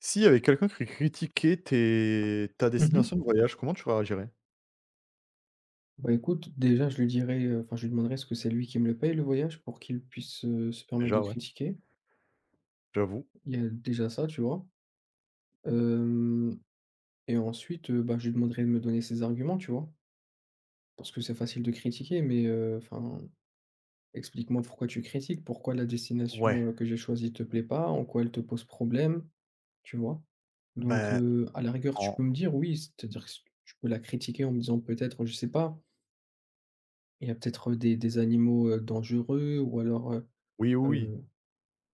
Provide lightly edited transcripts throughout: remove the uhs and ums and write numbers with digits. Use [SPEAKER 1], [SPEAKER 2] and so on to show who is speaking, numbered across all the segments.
[SPEAKER 1] S'il y avait quelqu'un qui critiquait tes ta
[SPEAKER 2] Mmh.
[SPEAKER 1] destination de voyage, comment tu réagirais?
[SPEAKER 2] Bah, écoute, déjà, je lui dirais, enfin, je lui demanderais ce que c'est lui qui me le paye le voyage pour qu'il puisse, se permettre de
[SPEAKER 1] Déjà, ouais,
[SPEAKER 2] critiquer?
[SPEAKER 1] j'avoue.
[SPEAKER 2] Il y a déjà ça, tu vois? Hem Et ensuite, bah, je lui demanderais de me donner ses arguments, tu vois? Parce que c'est facile de critiquer, mais enfin, explique-moi pourquoi tu critiques, pourquoi la
[SPEAKER 1] Ouais,
[SPEAKER 2] destination, que j'ai choisie te plaît pas, en quoi elle te pose problème, tu vois? Donc
[SPEAKER 1] ben
[SPEAKER 2] à la rigueur, tu
[SPEAKER 1] en
[SPEAKER 2] peux me dire oui, c'est-à-dire que tu peux la critiquer en me disant peut-être, je sais pas, il y a peut-être, des animaux, dangereux ou alors,
[SPEAKER 1] oui, oui, oui,
[SPEAKER 2] Hem,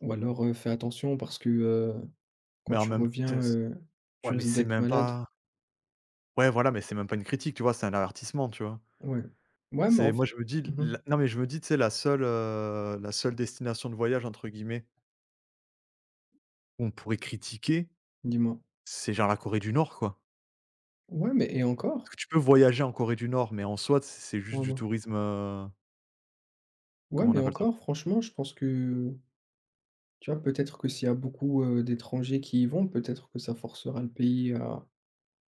[SPEAKER 2] ou alors, fais attention parce que, quand
[SPEAKER 1] mais en
[SPEAKER 2] tu
[SPEAKER 1] même Te
[SPEAKER 2] reviens, tu
[SPEAKER 1] ouais, mais
[SPEAKER 2] risques
[SPEAKER 1] c'est
[SPEAKER 2] d'être
[SPEAKER 1] même
[SPEAKER 2] malade.
[SPEAKER 1] pas ouais, voilà, mais c'est même pas une critique, tu vois? C'est un avertissement, tu vois?
[SPEAKER 2] Ouais. Ouais, mais en
[SPEAKER 1] C'est moi,
[SPEAKER 2] fait.
[SPEAKER 1] je me dis,
[SPEAKER 2] Mmh mh.
[SPEAKER 1] la non, mais je me dis, tu sais, la seule «destination de voyage» entre guillemets, qu'on pourrait critiquer,
[SPEAKER 2] Dis-moi?
[SPEAKER 1] c'est genre la Corée du Nord, quoi.
[SPEAKER 2] Ouais, mais et encore?
[SPEAKER 1] Parce que tu peux voyager en Corée du Nord, mais en soi, c'est juste du
[SPEAKER 2] Ouais,
[SPEAKER 1] tourisme,
[SPEAKER 2] ouais,
[SPEAKER 1] comment on
[SPEAKER 2] mais
[SPEAKER 1] appelle ça?
[SPEAKER 2] encore, franchement, je pense que, tu vois, peut-être que s'il y a beaucoup, d'étrangers qui y vont, peut-être que ça forcera le pays à...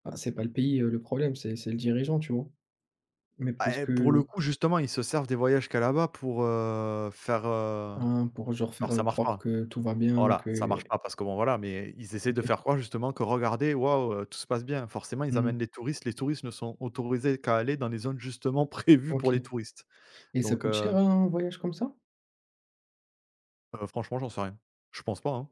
[SPEAKER 2] Ah, c'est pas le pays, le problème, c'est le dirigeant, tu vois? Mais
[SPEAKER 1] Ah,
[SPEAKER 2] peut-être
[SPEAKER 1] et pour le
[SPEAKER 2] que,
[SPEAKER 1] coup, justement, ils se servent des voyages qu'elle a là-bas pour, faire,
[SPEAKER 2] hein, pour genre faire,
[SPEAKER 1] alors ça marche
[SPEAKER 2] croire
[SPEAKER 1] pas.
[SPEAKER 2] que tout va bien,
[SPEAKER 1] Voilà, ça
[SPEAKER 2] que...
[SPEAKER 1] marche pas parce que bon, voilà, mais ils essaient de
[SPEAKER 2] OK.
[SPEAKER 1] faire croire justement que: «Regardez, waouh, tout se passe bien». Forcément, ils
[SPEAKER 2] Mmh.
[SPEAKER 1] amènent les touristes. Les touristes ne sont autorisés qu'à aller dans les zones justement prévues pour
[SPEAKER 2] OK.
[SPEAKER 1] les touristes.
[SPEAKER 2] Et ça
[SPEAKER 1] Donc
[SPEAKER 2] coûte
[SPEAKER 1] heu
[SPEAKER 2] cher un voyage comme ça?
[SPEAKER 1] heu, franchement, j'en sais rien. Je pense pas, hein.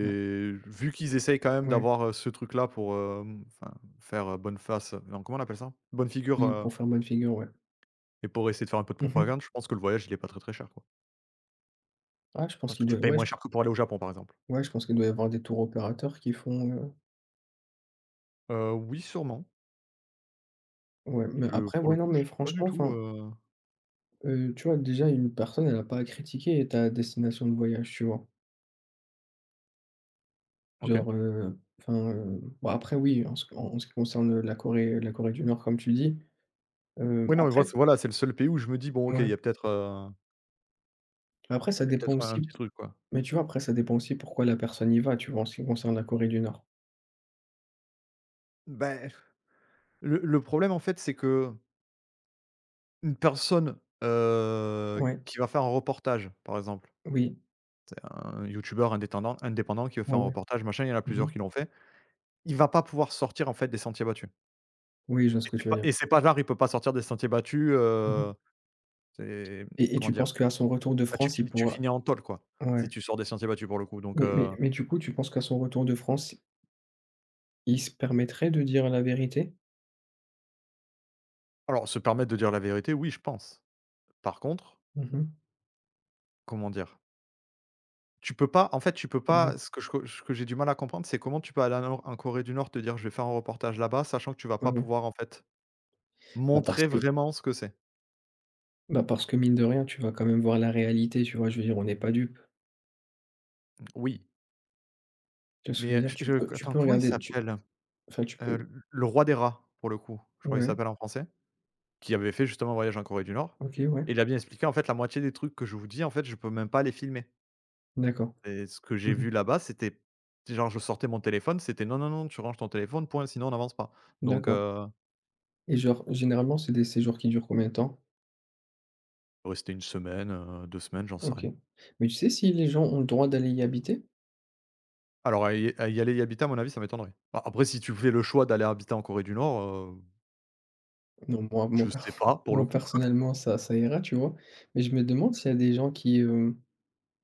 [SPEAKER 2] Ouais.
[SPEAKER 1] vu qu'ils essayent quand même
[SPEAKER 2] Ouais.
[SPEAKER 1] d'avoir, ce truc-là pour, hem, enfin, faire, bonne face, non, comment on appelle ça? Bonne figure,
[SPEAKER 2] Oui, pour faire bonne figure, ouais.
[SPEAKER 1] et pour essayer de faire un peu de
[SPEAKER 2] Mmh mh.
[SPEAKER 1] propagande, je pense que le voyage, il est pas très, très cher, quoi.
[SPEAKER 2] Ah, je pense
[SPEAKER 1] Parce
[SPEAKER 2] qu'il
[SPEAKER 1] que tu
[SPEAKER 2] doit,
[SPEAKER 1] payes
[SPEAKER 2] ouais, je...
[SPEAKER 1] moins cher que pour aller au Japon, par exemple?
[SPEAKER 2] Ouais, je pense qu'il doit y avoir des tours opérateurs qui font,
[SPEAKER 1] Oui, sûrement.
[SPEAKER 2] ouais, mais
[SPEAKER 1] Je
[SPEAKER 2] après,
[SPEAKER 1] Pour
[SPEAKER 2] ouais,
[SPEAKER 1] le
[SPEAKER 2] non,
[SPEAKER 1] coup, je
[SPEAKER 2] mais
[SPEAKER 1] sais pas du
[SPEAKER 2] franchement,
[SPEAKER 1] tout,
[SPEAKER 2] enfin,
[SPEAKER 1] heu.
[SPEAKER 2] tu vois, déjà, une personne, elle a pas à critiquer ta destination de voyage, tu vois?
[SPEAKER 1] OK.
[SPEAKER 2] Genre, enfin, bon, après, oui, en ce qui concerne, la Corée du Nord, comme tu dis,
[SPEAKER 1] Oui, non, mais
[SPEAKER 2] après,
[SPEAKER 1] voilà, c'est le seul pays où je me dis: «Bon, OK, il
[SPEAKER 2] ouais,
[SPEAKER 1] y a peut-être,
[SPEAKER 2] après, ça
[SPEAKER 1] il y a
[SPEAKER 2] dépend
[SPEAKER 1] peut-être
[SPEAKER 2] aussi
[SPEAKER 1] un petit
[SPEAKER 2] p
[SPEAKER 1] truc, quoi».
[SPEAKER 2] mais tu vois, après, ça dépend aussi pourquoi la personne y va, tu vois, en ce qui concerne la Corée du Nord.
[SPEAKER 1] Beh, le problème, en fait, c'est qu'une personne,
[SPEAKER 2] Ouais,
[SPEAKER 1] qui va faire un reportage, par exemple,
[SPEAKER 2] oui,
[SPEAKER 1] un youtubeur indétendant indépendant qui veut
[SPEAKER 2] ouais,
[SPEAKER 1] faire un
[SPEAKER 2] ouais.
[SPEAKER 1] reportage, machin, il y en a
[SPEAKER 2] Mmh mh.
[SPEAKER 1] plusieurs qui l'ont fait. Il va pas pouvoir sortir, en fait, des sentiers battus.
[SPEAKER 2] Oui, je vois ce que tu
[SPEAKER 1] C'est
[SPEAKER 2] veux
[SPEAKER 1] pas
[SPEAKER 2] dire.
[SPEAKER 1] et c'est pas genre, il peut pas sortir des sentiers battus,
[SPEAKER 2] Mmh mh.
[SPEAKER 1] c'est,
[SPEAKER 2] Et
[SPEAKER 1] comment
[SPEAKER 2] tu
[SPEAKER 1] dire?
[SPEAKER 2] penses qu'à son retour de
[SPEAKER 1] Bah, tu
[SPEAKER 2] France, il
[SPEAKER 1] finis tu
[SPEAKER 2] pourra...
[SPEAKER 1] finis en tôle, quoi, si
[SPEAKER 2] Ouais,
[SPEAKER 1] tu sors des sentiers battus pour le coup, donc
[SPEAKER 2] mais du coup, tu penses qu'à son retour de France, il se permettrait de dire la vérité?
[SPEAKER 1] alors se permettre de dire la vérité, oui, je pense. Par contre,
[SPEAKER 2] Mmh mh.
[SPEAKER 1] comment dire? Tu peux pas en fait, tu peux
[SPEAKER 2] Oui,
[SPEAKER 1] pas ce que j'ai du mal à comprendre, c'est comment tu peux aller en Nor en Corée du Nord, te dire: «Je vais faire un reportage là-bas», sachant que tu vas
[SPEAKER 2] ouais,
[SPEAKER 1] pas
[SPEAKER 2] ouais.
[SPEAKER 1] pouvoir, en fait,
[SPEAKER 2] Bah, parce
[SPEAKER 1] montrer
[SPEAKER 2] que...
[SPEAKER 1] vraiment ce que c'est.
[SPEAKER 2] Bah, parce que mine de rien, tu vas quand même voir la réalité, tu vois? Je veux dire, on n'est pas dupes.
[SPEAKER 1] Oui,
[SPEAKER 2] Tu vois ce que je
[SPEAKER 1] mais
[SPEAKER 2] veux dire? Tu
[SPEAKER 1] je
[SPEAKER 2] peux
[SPEAKER 1] je
[SPEAKER 2] tu
[SPEAKER 1] attends,
[SPEAKER 2] peux
[SPEAKER 1] comment il
[SPEAKER 2] regarder, tu...
[SPEAKER 1] s'appelle?
[SPEAKER 2] Enfin, tu peux...
[SPEAKER 1] Le roi des rats, pour le coup, je crois qu'il
[SPEAKER 2] Ouais,
[SPEAKER 1] s'appelle en français, qui avait fait justement un voyage en Corée du Nord,
[SPEAKER 2] OK, ouais,
[SPEAKER 1] et il a bien expliqué, en fait, la moitié des trucs que je vous dis, en fait, je peux même pas les filmer.
[SPEAKER 2] d'accord.
[SPEAKER 1] Et ce que
[SPEAKER 2] Mmh
[SPEAKER 1] j'ai
[SPEAKER 2] mh.
[SPEAKER 1] vu là-bas, c'était genre je sortais mon téléphone, c'était: «Non, non, non, tu ranges ton téléphone, point, sinon on n'avance pas». Donc
[SPEAKER 2] D'accord,
[SPEAKER 1] heu,
[SPEAKER 2] et genre, généralement, c'est des séjours qui durent combien de temps?
[SPEAKER 1] rester une semaine, 2 semaines, j'en sais
[SPEAKER 2] OK.
[SPEAKER 1] rien.
[SPEAKER 2] Mais tu sais si les gens ont le droit d'aller y habiter?
[SPEAKER 1] Alors à y aller y habiter, à mon avis, ça m'étonnerait. Bah, après si tu fais le choix d'aller habiter en Corée du Nord, heu,
[SPEAKER 2] Non, moi moi
[SPEAKER 1] je
[SPEAKER 2] per
[SPEAKER 1] sais pas pour le
[SPEAKER 2] moi
[SPEAKER 1] coup.
[SPEAKER 2] personnellement, ça ira, tu vois? Mais je me demande s'il y a des gens qui,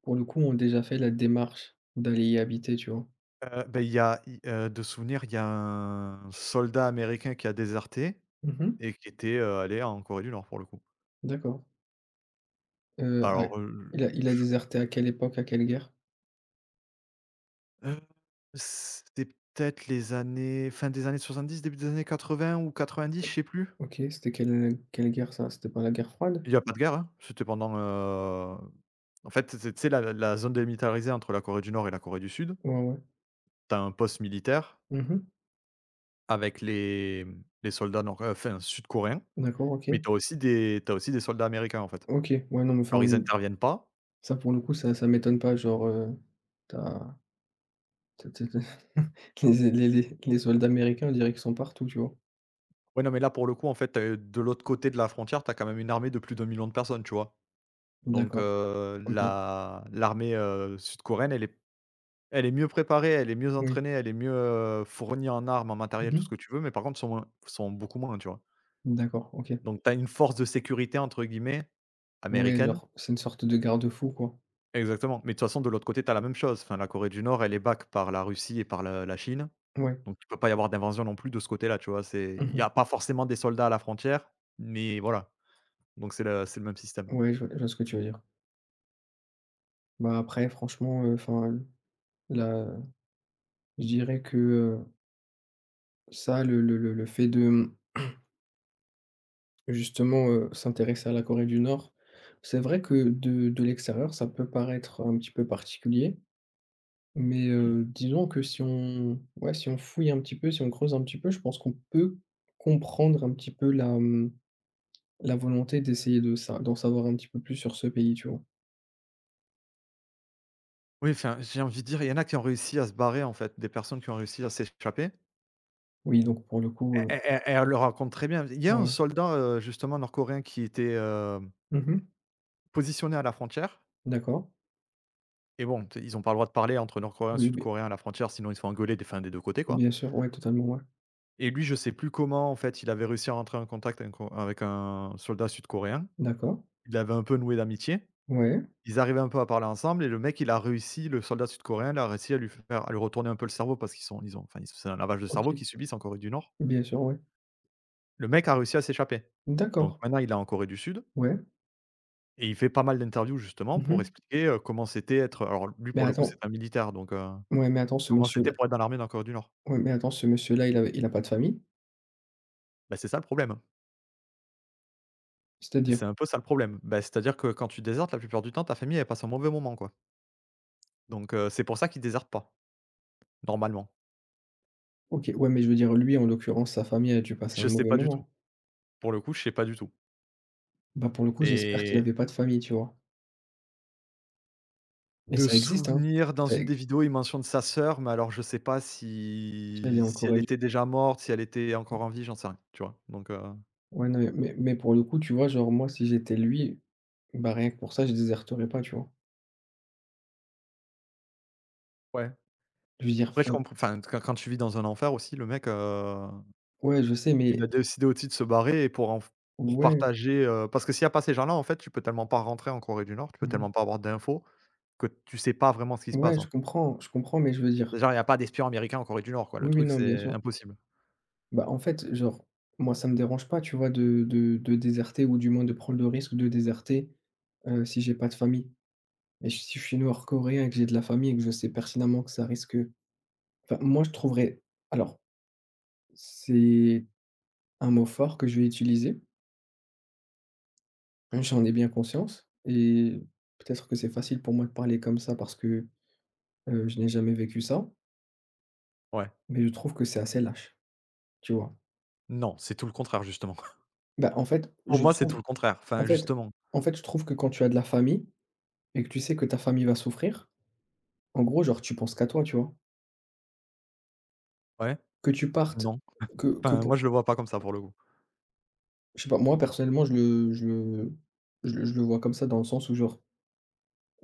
[SPEAKER 2] pour le coup, ont déjà fait la démarche d'aller y habiter, tu vois?
[SPEAKER 1] Beh, il y a i de souvenir, il y a un soldat américain qui a déserté
[SPEAKER 2] Mmh.
[SPEAKER 1] et qui était, allé en Corée du Nord pour le coup.
[SPEAKER 2] D'accord. À
[SPEAKER 1] Alors, heu,
[SPEAKER 2] Il a déserté à quelle époque, à quelle guerre?
[SPEAKER 1] Heu, C'était peut-être les années fin des années 70, début des années 80 ou 90, je
[SPEAKER 2] C'était...
[SPEAKER 1] sais plus.
[SPEAKER 2] OK, c'était quelle guerre ça? C'était pas la guerre froide?
[SPEAKER 1] Il y a pas de guerre, hein, c'était pendant, en fait, c'est tu sais la zone démilitarisée entre la Corée du Nord et la Corée du Sud.
[SPEAKER 2] Ouais, ouais.
[SPEAKER 1] T'as un poste militaire
[SPEAKER 2] Mmh.
[SPEAKER 1] avec les soldats nord enfin sud-coréens,
[SPEAKER 2] D'accord, OK.
[SPEAKER 1] mais t'as aussi des soldats américains, en fait.
[SPEAKER 2] OK. Ouais, non, mais
[SPEAKER 1] Alors
[SPEAKER 2] enfin,
[SPEAKER 1] ils interviennent pas.
[SPEAKER 2] ça pour le coup, ça m'étonne pas, genre, tu as... tu tu les soldats américains, on dirait qu'ils sont partout, tu vois?
[SPEAKER 1] Ouais, non, mais là, pour le coup, en fait, de l'autre côté de la frontière, t'as quand même une armée de plus d'1 million de personnes, tu vois? Donc,
[SPEAKER 2] D'accord, OK.
[SPEAKER 1] la l'armée, sud-coréenne, elle est mieux préparée, elle est mieux
[SPEAKER 2] Oui.
[SPEAKER 1] entraînée, elle est mieux, fournie en armes, en matériel, tout
[SPEAKER 2] Mmh.
[SPEAKER 1] ce que tu veux, mais par contre, sont beaucoup moins, tu vois?
[SPEAKER 2] D'accord, OK.
[SPEAKER 1] Donc tu as une force de sécurité entre guillemets
[SPEAKER 2] Ouais,
[SPEAKER 1] «américaine»,
[SPEAKER 2] genre, c'est une sorte de garde-fou, quoi.
[SPEAKER 1] exactement, mais de toute façon, de l'autre côté, tu as la même chose. Enfin, la Corée du Nord, elle est back par la Russie et par la Chine,
[SPEAKER 2] Ouais.
[SPEAKER 1] donc il ne peut pas y avoir d'invasion non plus de ce côté-là, tu vois? C'est Il y
[SPEAKER 2] Mmh.
[SPEAKER 1] a pas forcément des soldats à la frontière, mais voilà. Donc c'est le même système.
[SPEAKER 2] Ouais, je vois ce que tu veux dire. Bah, après franchement, enfin, là, je dirais que, ça, le fait de, mmh, justement, s'intéresser à la Corée du Nord, c'est vrai que de l'extérieur, ça peut paraître un petit peu particulier, mais,
[SPEAKER 1] Oui.
[SPEAKER 2] disons que si on... Ouais, si on fouille un petit peu, si on creuse un petit peu, je pense qu'on peut comprendre un petit peu la, mmh, la volonté d'essayer de ça, d'en savoir un petit peu plus sur ce pays, tu vois?
[SPEAKER 1] Oui, enfin, j'ai envie de dire, il y en a qui ont réussi à se barrer, en fait, des personnes qui ont réussi à s'échapper,
[SPEAKER 2] Oui, donc pour le coup,
[SPEAKER 1] et elle le raconte très bien. Il y a un
[SPEAKER 2] ouais.
[SPEAKER 1] soldat, justement nord-coréen qui était,
[SPEAKER 2] Mmh mh.
[SPEAKER 1] positionné à la frontière
[SPEAKER 2] D'accord.
[SPEAKER 1] et bon, tu ils ont pas le droit de parler entre nord-coréens et
[SPEAKER 2] Oui,
[SPEAKER 1] sud-coréens à la frontière, sinon ils se font engueuler des 2 côtés, quoi.
[SPEAKER 2] bien sûr, ouais, totalement, ouais.
[SPEAKER 1] Et lui, je sais plus comment, en fait, il avait réussi à rentrer en contact avec un soldat sud-coréen.
[SPEAKER 2] D'accord.
[SPEAKER 1] Il avait un peu noué d'amitié.
[SPEAKER 2] Ouais,
[SPEAKER 1] Ils arrivaient un peu à parler ensemble et le mec, il a réussi le soldat sud-coréen, il a réussi à lui retourner un peu le cerveau parce qu'ils sont ils ont enfin, ils c'est un lavage de
[SPEAKER 2] OK.
[SPEAKER 1] cerveau qu'ils subissent en Corée du Nord.
[SPEAKER 2] Bien sûr, ouais.
[SPEAKER 1] Le mec a réussi à s'échapper. Donc
[SPEAKER 2] D'accord.
[SPEAKER 1] maintenant, il est en Corée du Sud
[SPEAKER 2] Ouais.
[SPEAKER 1] et il fait pas mal d'interviews justement
[SPEAKER 2] Mmh
[SPEAKER 1] pour
[SPEAKER 2] mh.
[SPEAKER 1] expliquer, comment c'était être alors lui,
[SPEAKER 2] Mais
[SPEAKER 1] pour le coup,
[SPEAKER 2] attends,
[SPEAKER 1] c'est un militaire donc
[SPEAKER 2] ouais, mais attends, ce
[SPEAKER 1] comment c'était
[SPEAKER 2] monsieur-là...
[SPEAKER 1] pour être dans l'armée dans la Corée du Nord?
[SPEAKER 2] Ouais, mais attends, ce monsieur-là, il a pas de famille?
[SPEAKER 1] Bah, c'est ça le problème.
[SPEAKER 2] C'est-à-dire?
[SPEAKER 1] C'est un peu ça le problème. Bah, c'est-à-dire que quand tu désertes, la plupart du temps, ta famille, elle passe un mauvais moment, quoi. Donc, c'est pour ça qu'ils désherbe pas, normalement.
[SPEAKER 2] OK, ouais, mais je veux dire, lui, en l'occurrence, sa famille a dû passer un
[SPEAKER 1] Je sais
[SPEAKER 2] mauvais
[SPEAKER 1] pas du tout.
[SPEAKER 2] moment.
[SPEAKER 1] Pour le coup, je sais pas du tout.
[SPEAKER 2] Bah, pour le coup, j'espère qu'il
[SPEAKER 1] Mais
[SPEAKER 2] avait pas de famille, tu vois? Et
[SPEAKER 1] de
[SPEAKER 2] ça existe, hein.
[SPEAKER 1] souvenir, dans
[SPEAKER 2] Ça
[SPEAKER 1] une
[SPEAKER 2] ex
[SPEAKER 1] des vidéos, il mentionne sa sœur, mais alors je sais pas
[SPEAKER 2] elle est
[SPEAKER 1] si
[SPEAKER 2] en
[SPEAKER 1] si elle
[SPEAKER 2] Corée du...
[SPEAKER 1] était déjà morte, si elle était encore en vie, j'en sais rien, tu vois? Donc
[SPEAKER 2] Ouais, non, mais pour le coup, tu vois, genre, moi, si j'étais lui, bah, rien que pour ça, je déserterais pas, tu vois?
[SPEAKER 1] ouais.
[SPEAKER 2] Je veux dire,
[SPEAKER 1] Après je
[SPEAKER 2] enfin...
[SPEAKER 1] comprends. Enfin, quand tu vis dans un enfer aussi, le mec,
[SPEAKER 2] Ouais, je sais,
[SPEAKER 1] il
[SPEAKER 2] mais
[SPEAKER 1] a décidé aussi de se barrer et pour
[SPEAKER 2] ouais,
[SPEAKER 1] partager, heu, parce que s'il y a pas ces gens-là, en fait, tu peux tellement pas rentrer en Corée du Nord, tu peux
[SPEAKER 2] mmh.
[SPEAKER 1] tellement pas avoir d'infos que tu sais pas vraiment ce qui se
[SPEAKER 2] Ouais,
[SPEAKER 1] passe.
[SPEAKER 2] je comprends, mais je veux
[SPEAKER 1] C'est
[SPEAKER 2] dire
[SPEAKER 1] genre, il y a pas d'espions américains en Corée du Nord, quoi. Le
[SPEAKER 2] oui, oui,
[SPEAKER 1] truc,
[SPEAKER 2] non, bien
[SPEAKER 1] c'est
[SPEAKER 2] sûr.
[SPEAKER 1] impossible.
[SPEAKER 2] Bah, en fait, genre, moi, ça me dérange pas, tu vois, de déserter ou du moins de prendre le risque de déserter, si j'ai pas de famille. Mais si je suis nord-coréen et que j'ai de la famille et que je sais pertinemment que ça risque... Enfin, moi, je trouverais... Alors, c'est un mot fort que je vais utiliser, j'en ai bien conscience et peut-être que c'est facile pour moi de parler comme ça parce que, je n'ai jamais vécu ça,
[SPEAKER 1] Ouais.
[SPEAKER 2] mais je trouve que c'est assez lâche, tu vois?
[SPEAKER 1] Non, c'est tout le contraire, justement.
[SPEAKER 2] Bah, en fait,
[SPEAKER 1] Pour
[SPEAKER 2] je
[SPEAKER 1] moi, c'est tout
[SPEAKER 2] trouve...
[SPEAKER 1] le contraire.
[SPEAKER 2] en
[SPEAKER 1] Enfin,
[SPEAKER 2] fait
[SPEAKER 1] justement.
[SPEAKER 2] en fait, je trouve que quand tu as de la famille et que tu sais que ta famille va souffrir, en gros, genre, tu penses qu'à toi, tu vois?
[SPEAKER 1] Ouais,
[SPEAKER 2] Que tu partes,
[SPEAKER 1] non.
[SPEAKER 2] que
[SPEAKER 1] Enfin, moi,
[SPEAKER 2] pour...
[SPEAKER 1] je le vois pas comme ça, pour le coup.
[SPEAKER 2] Je sais pas, moi, personnellement, je le vois comme ça dans le sens où, genre,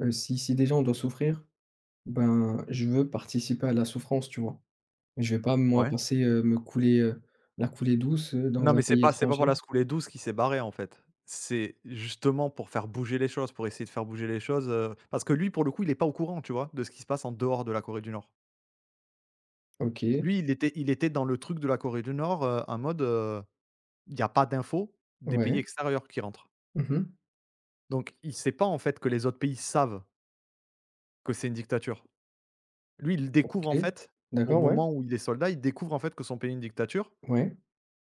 [SPEAKER 2] si déjà on doit souffrir, ben, je veux participer à la souffrance, tu vois? Je vais pas, moi,
[SPEAKER 1] Ouais.
[SPEAKER 2] passer, me couler, la coulée douce,
[SPEAKER 1] Non,
[SPEAKER 2] dans un
[SPEAKER 1] mais c'est
[SPEAKER 2] pays
[SPEAKER 1] pas c'est pas pour
[SPEAKER 2] étranger.
[SPEAKER 1] la secouler douce qui s'est barré, en fait. C'est justement pour faire bouger les choses, pour essayer de faire bouger les choses, parce que lui, pour le coup, il est pas au courant, tu vois, de ce qui se passe en dehors de la Corée du Nord.
[SPEAKER 2] OK,
[SPEAKER 1] Lui, il était dans le truc de la Corée du Nord, en mode, il y a pas d'infos des pays
[SPEAKER 2] ouais.
[SPEAKER 1] extérieurs qui rentrent.
[SPEAKER 2] Mmh.
[SPEAKER 1] Donc il sait pas, en fait, que les autres pays savent que c'est une dictature. Lui, il
[SPEAKER 2] OK.
[SPEAKER 1] découvre en fait, au
[SPEAKER 2] D'accord, ouais.
[SPEAKER 1] moment où il est soldat, il découvre en fait que son pays est une dictature.
[SPEAKER 2] Ouais.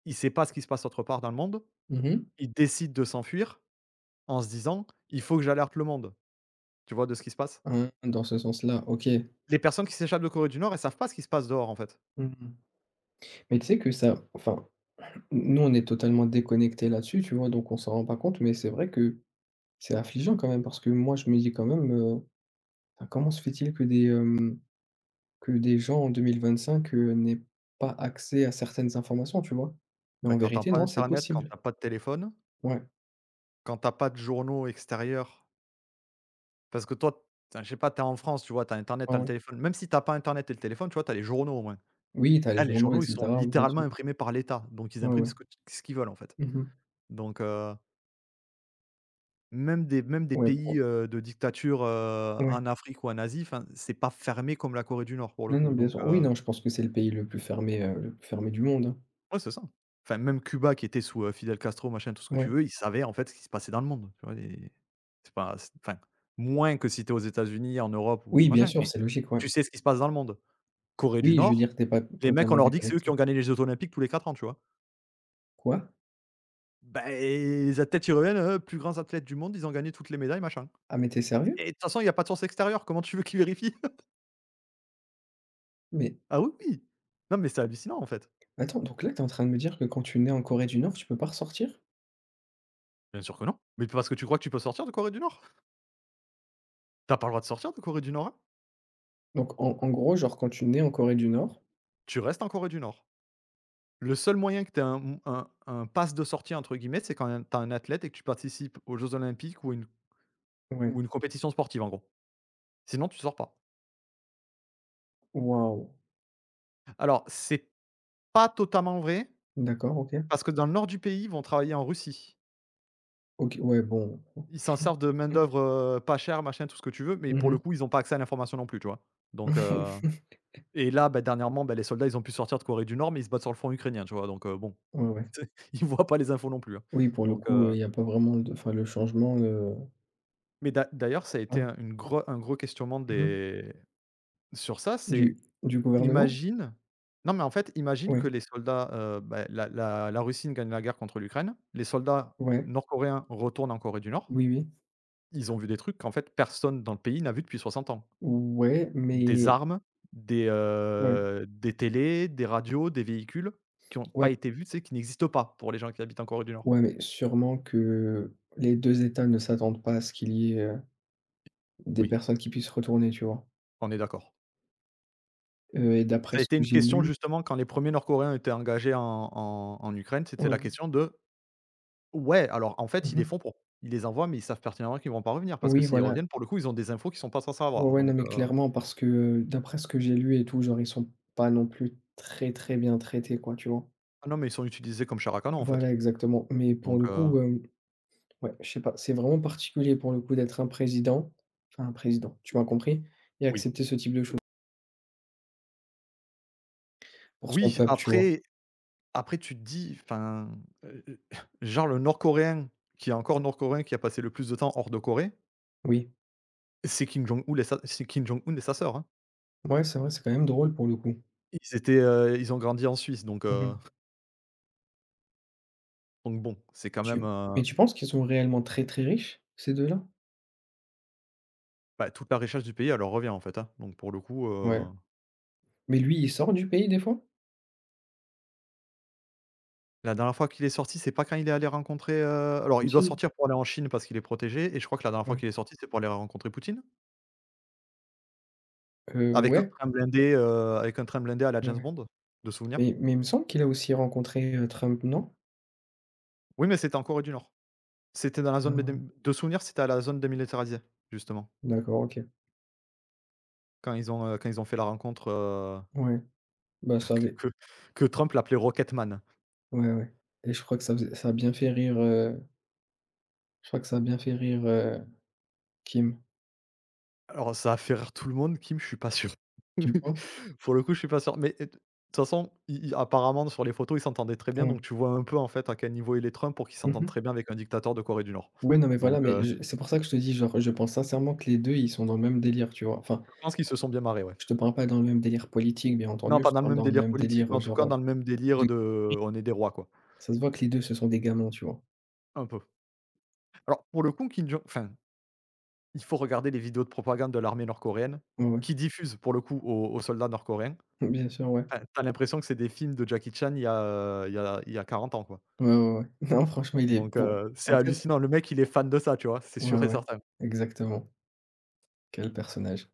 [SPEAKER 1] Il sait pas ce qui se passe autre part dans le monde.
[SPEAKER 2] Mmh.
[SPEAKER 1] Il décide de s'enfuir en se disant: «Il faut que j'alerte le monde», tu vois, de ce qui se passe.
[SPEAKER 2] Hein, dans ce sens-là, OK.
[SPEAKER 1] Les personnes qui s'échappent de Corée du Nord, elles savent pas ce qui se passe dehors, en fait.
[SPEAKER 2] Mmh. Mais tu sais que ça... Enfin, nous, on est totalement déconnectés là-dessus, tu vois? Donc on s'en rend pas compte, mais c'est vrai que c'est affligeant quand même parce que moi, je me dis quand même, enfin, comment se fait-il que des, que des gens en 2025, n'aient pas accès à certaines informations, tu vois? Mais
[SPEAKER 1] Bah,
[SPEAKER 2] en
[SPEAKER 1] quand t'as
[SPEAKER 2] vérité,
[SPEAKER 1] pas
[SPEAKER 2] non, c'est
[SPEAKER 1] internet, quand
[SPEAKER 2] possible.
[SPEAKER 1] t'as pas de téléphone,
[SPEAKER 2] Ouais,
[SPEAKER 1] quand t'as pas de journaux extérieurs, parce que toi, enfin, je sais pas, t'es en France, tu vois, t'as internet,
[SPEAKER 2] ouais,
[SPEAKER 1] t'as le
[SPEAKER 2] ouais.
[SPEAKER 1] téléphone. Même si t'as pas internet et le téléphone, tu vois, t'as les journaux au moins.
[SPEAKER 2] Oui, t'as les
[SPEAKER 1] Là, les
[SPEAKER 2] journaux et
[SPEAKER 1] journaux, ils sont
[SPEAKER 2] cetera, bien
[SPEAKER 1] littéralement
[SPEAKER 2] sûr.
[SPEAKER 1] imprimés par l'État, donc ils
[SPEAKER 2] Ouais,
[SPEAKER 1] impriment
[SPEAKER 2] ouais.
[SPEAKER 1] ce qu'ils veulent, en fait.
[SPEAKER 2] Mmh.
[SPEAKER 1] Donc heu Même des
[SPEAKER 2] Ouais,
[SPEAKER 1] pays,
[SPEAKER 2] pour...
[SPEAKER 1] de dictature,
[SPEAKER 2] Ouais.
[SPEAKER 1] en Afrique ou en Asie, enfin, c'est pas fermé comme la Corée du Nord pour le
[SPEAKER 2] Non, non,
[SPEAKER 1] coup,
[SPEAKER 2] bien
[SPEAKER 1] donc,
[SPEAKER 2] sûr. Oui, non, je pense que c'est le pays le plus fermé du monde, hein.
[SPEAKER 1] ouais, c'est ça. Enfin, même Cuba qui était sous, Fidel Castro, machin, tout ce que
[SPEAKER 2] Ouais.
[SPEAKER 1] tu veux, ils savaient en fait ce qui se passait dans le monde, tu vois? Et c'est pas c enfin, moins que si tu aux États-Unis, en Europe ou
[SPEAKER 2] Oui, bien
[SPEAKER 1] machin,
[SPEAKER 2] sûr,
[SPEAKER 1] mais
[SPEAKER 2] c'est logique, ouais.
[SPEAKER 1] tu sais ce qui se passe dans le monde. Corée du
[SPEAKER 2] Oui, je veux
[SPEAKER 1] Nord,
[SPEAKER 2] dire, t'es pas
[SPEAKER 1] les mecs, on
[SPEAKER 2] totalement
[SPEAKER 1] leur dit que c'est eux qui
[SPEAKER 2] déconnecté.
[SPEAKER 1] ont gagné les jeux olympiques tous les 4 ans, tu vois?
[SPEAKER 2] Quoi?
[SPEAKER 1] Ben, les athlètes, ils reviennent, plus grands athlètes du monde, ils ont gagné toutes les médailles, machin.
[SPEAKER 2] Ah, mais t'es sérieux?
[SPEAKER 1] Et de toute façon, il y a pas de source extérieure, comment tu veux qu'ils vérifient?
[SPEAKER 2] Mais
[SPEAKER 1] Ah oui, oui! Non, mais c'est hallucinant, en fait.
[SPEAKER 2] attends, donc là, t'es en train de me dire que quand tu nais en Corée du Nord, tu peux pas ressortir?
[SPEAKER 1] Bien sûr que non. Mais parce que tu crois que tu peux sortir de Corée du Nord? T'as pas le droit de sortir de Corée du Nord, hein.
[SPEAKER 2] Donc en en gros, genre quand tu nais en Corée du Nord...
[SPEAKER 1] Tu restes en Corée du Nord. Le seul moyen que tu aies un «pass de sortie» entre guillemets, c'est quand un tu as un athlète et que tu participes aux jeux olympiques
[SPEAKER 2] Ouais.
[SPEAKER 1] ou une compétition sportive, en gros. Sinon, tu sors pas.
[SPEAKER 2] Waouh!
[SPEAKER 1] Alors, c'est pas totalement vrai,
[SPEAKER 2] D'accord, OK.
[SPEAKER 1] parce que dans le nord du pays, ils vont travailler en Russie.
[SPEAKER 2] OK, ouais, bon.
[SPEAKER 1] Ils s'en servent de main-d'œuvre, pas chère, machin, tout ce que tu veux, mais pour
[SPEAKER 2] Mmh.
[SPEAKER 1] le coup, ils ont pas accès à l'information non plus, tu vois? Donc heu Et là, bah, dernièrement, bah, les soldats, ils ont pu sortir de Corée du Nord, mais ils se battent sur le front ukrainien, tu vois? Donc bon,
[SPEAKER 2] Ouais, ouais.
[SPEAKER 1] ils voient pas les infos non plus, hein.
[SPEAKER 2] Oui, pour le
[SPEAKER 1] Donc
[SPEAKER 2] coup, il y a pas vraiment de... Enfin, le changement,
[SPEAKER 1] mais d'ailleurs, ça a été
[SPEAKER 2] ouais.
[SPEAKER 1] un gros questionnement
[SPEAKER 2] Mmh.
[SPEAKER 1] des sur ça,
[SPEAKER 2] Du
[SPEAKER 1] c'est
[SPEAKER 2] du gouvernement?
[SPEAKER 1] imagine non, mais en fait, imagine que
[SPEAKER 2] Ouais,
[SPEAKER 1] les soldats, bah, la Russie ne gagne la guerre contre l'Ukraine, les soldats
[SPEAKER 2] ouais.
[SPEAKER 1] nord-coréens retournent en Corée du Nord,
[SPEAKER 2] Oui, oui.
[SPEAKER 1] ils ont vu des trucs qu'en fait personne dans le pays n'a vu depuis 60 ans.
[SPEAKER 2] Ouais,
[SPEAKER 1] Des
[SPEAKER 2] mais
[SPEAKER 1] armes,
[SPEAKER 2] ouais.
[SPEAKER 1] des télés, des radios, des véhicules qui ont
[SPEAKER 2] Ouais.
[SPEAKER 1] pas été vus, tu sais, qui n'existent pas pour les gens qui habitent en Corée du Nord.
[SPEAKER 2] Ouais, mais sûrement que les 2 États ne s'attendent pas à ce qu'il y ait, des
[SPEAKER 1] Oui,
[SPEAKER 2] personnes qui puissent retourner, tu vois?
[SPEAKER 1] on est d'accord.
[SPEAKER 2] Et
[SPEAKER 1] Et
[SPEAKER 2] d'après
[SPEAKER 1] ça a
[SPEAKER 2] ce
[SPEAKER 1] été
[SPEAKER 2] que
[SPEAKER 1] une
[SPEAKER 2] j'ai
[SPEAKER 1] question
[SPEAKER 2] lu,
[SPEAKER 1] justement quand les premiers Nord-coréens étaient engagés en en Ukraine,
[SPEAKER 2] ouais,
[SPEAKER 1] c'était la
[SPEAKER 2] ouais.
[SPEAKER 1] question de: «Ouais, alors en fait,
[SPEAKER 2] Mmh.
[SPEAKER 1] ils les envoient, mais ils savent pertinemment qu'ils vont pas revenir» parce que
[SPEAKER 2] Oui,
[SPEAKER 1] s'ils
[SPEAKER 2] voilà.
[SPEAKER 1] reviennent, pour le coup, ils ont des infos qui sont pas censés
[SPEAKER 2] Ouais,
[SPEAKER 1] avoir
[SPEAKER 2] ouais, non,
[SPEAKER 1] donc
[SPEAKER 2] mais clairement parce que, d'après ce que j'ai lu et tout, genre, ils sont pas non plus très, très bien traités, quoi, tu vois?
[SPEAKER 1] ah non, mais ils sont utilisés comme chair à canon, en fait
[SPEAKER 2] Voilà, exactement. Mais pour
[SPEAKER 1] donc
[SPEAKER 2] le coup, ouais, je sais pas, c'est vraiment particulier pour le coup d'être un président, enfin un président, tu m'as compris? Et
[SPEAKER 1] Oui.
[SPEAKER 2] accepter ce type de choses pour son
[SPEAKER 1] Oui,
[SPEAKER 2] peuple, tu vois?
[SPEAKER 1] après. Après, tu te dis, enfin, heu heu, genre le Nord-coréen qui est encore Nord-coréen, qui a passé le plus de temps hors de Corée,
[SPEAKER 2] Oui.
[SPEAKER 1] c'est Kim Jong-un et sa sœur, hein.
[SPEAKER 2] Ouais, c'est vrai, c'est quand même drôle pour le coup.
[SPEAKER 1] Ils étaient, ils ont grandi en Suisse donc
[SPEAKER 2] Mmh.
[SPEAKER 1] donc bon, c'est quand même,
[SPEAKER 2] Tu... Mais tu penses qu'ils sont réellement très, très riches, ces deux là?
[SPEAKER 1] bah, toute la richesse du pays, elle leur revient, en fait, hein. Donc pour le coup,
[SPEAKER 2] Ouais. Mais lui, il sort du pays des fois?
[SPEAKER 1] la dernière fois qu'il est sorti, c'est pas quand il est allé rencontrer, alors il doit
[SPEAKER 2] Poutine?
[SPEAKER 1] sortir pour aller en Chine parce qu'il est protégé et je crois que la dernière fois
[SPEAKER 2] Ouais.
[SPEAKER 1] qu'il est sorti, c'est pour aller rencontrer Poutine avec un
[SPEAKER 2] Ouais,
[SPEAKER 1] train blindé, avec un train blindé à la James
[SPEAKER 2] ouais.
[SPEAKER 1] Bond, de souvenir.
[SPEAKER 2] Mais il me semble qu'il a aussi rencontré, Trump, non?
[SPEAKER 1] Oui, mais c'était en Corée du Nord. C'était dans la zone mais
[SPEAKER 2] Ah,
[SPEAKER 1] de souvenir, c'était à la zone démilitarisée, justement,
[SPEAKER 2] d'accord, OK.
[SPEAKER 1] quand ils ont fait la rencontre,
[SPEAKER 2] Ouais, bah, ça avait...
[SPEAKER 1] que Trump l'appelait Rocketman.
[SPEAKER 2] Ouais, ouais, et je crois que ça faisait ça a bien fait rire, je crois que ça a bien fait rire, Kim,
[SPEAKER 1] Alors ça a fait rire tout le monde, Kim, je suis pas sûr.
[SPEAKER 2] tu penses?
[SPEAKER 1] Pour le coup, je suis pas sûr, mais et de toute façon, i i apparemment sur les photos, ils s'entendaient très bien,
[SPEAKER 2] Ouais.
[SPEAKER 1] donc tu vois un peu, en fait, à quel niveau il est Trump pour qu'ils
[SPEAKER 2] Mmh
[SPEAKER 1] s'entendent
[SPEAKER 2] mh.
[SPEAKER 1] très bien avec un dictateur de Corée du Nord.
[SPEAKER 2] Ouais, non, mais
[SPEAKER 1] Donc
[SPEAKER 2] voilà, mais je c'est pour ça que je te dis, genre, je pense sincèrement que les 2 ils sont dans le même délire, tu vois? Enfin,
[SPEAKER 1] je pense qu'ils se sont bien marrés, ouais.
[SPEAKER 2] je te parle pas dans le même délire politique, bien
[SPEAKER 1] Non,
[SPEAKER 2] entendu, je
[SPEAKER 1] pas
[SPEAKER 2] te
[SPEAKER 1] dans le
[SPEAKER 2] parle
[SPEAKER 1] même
[SPEAKER 2] dans le
[SPEAKER 1] délire
[SPEAKER 2] même
[SPEAKER 1] politique, mais
[SPEAKER 2] délire,
[SPEAKER 1] en tout cas
[SPEAKER 2] genre,
[SPEAKER 1] dans le même délire
[SPEAKER 2] de...
[SPEAKER 1] de: «On est des rois», quoi,
[SPEAKER 2] Ça se voit que les 2 ce sont des gamins, tu vois?
[SPEAKER 1] un peu. Alors pour le coup, Kim Jong enfin Il faut regarder les vidéos de propagande de l'armée nord-coréenne,
[SPEAKER 2] Ouais, ouais.
[SPEAKER 1] qui diffusent pour le coup aux soldats nord-coréens.
[SPEAKER 2] Bien sûr, ouais.
[SPEAKER 1] Enfin, tu l'impression que c'est des films de Jackie Chan il y a 40 ans, quoi.
[SPEAKER 2] Ouais, ouais, ouais. Non, franchement, il est
[SPEAKER 1] Donc
[SPEAKER 2] pour...
[SPEAKER 1] c'est
[SPEAKER 2] En fait,
[SPEAKER 1] hallucinant. Le mec, il est fan de ça, tu vois? C'est
[SPEAKER 2] ouais,
[SPEAKER 1] sûr et
[SPEAKER 2] ouais,
[SPEAKER 1] certain.
[SPEAKER 2] exactement. Quel personnage.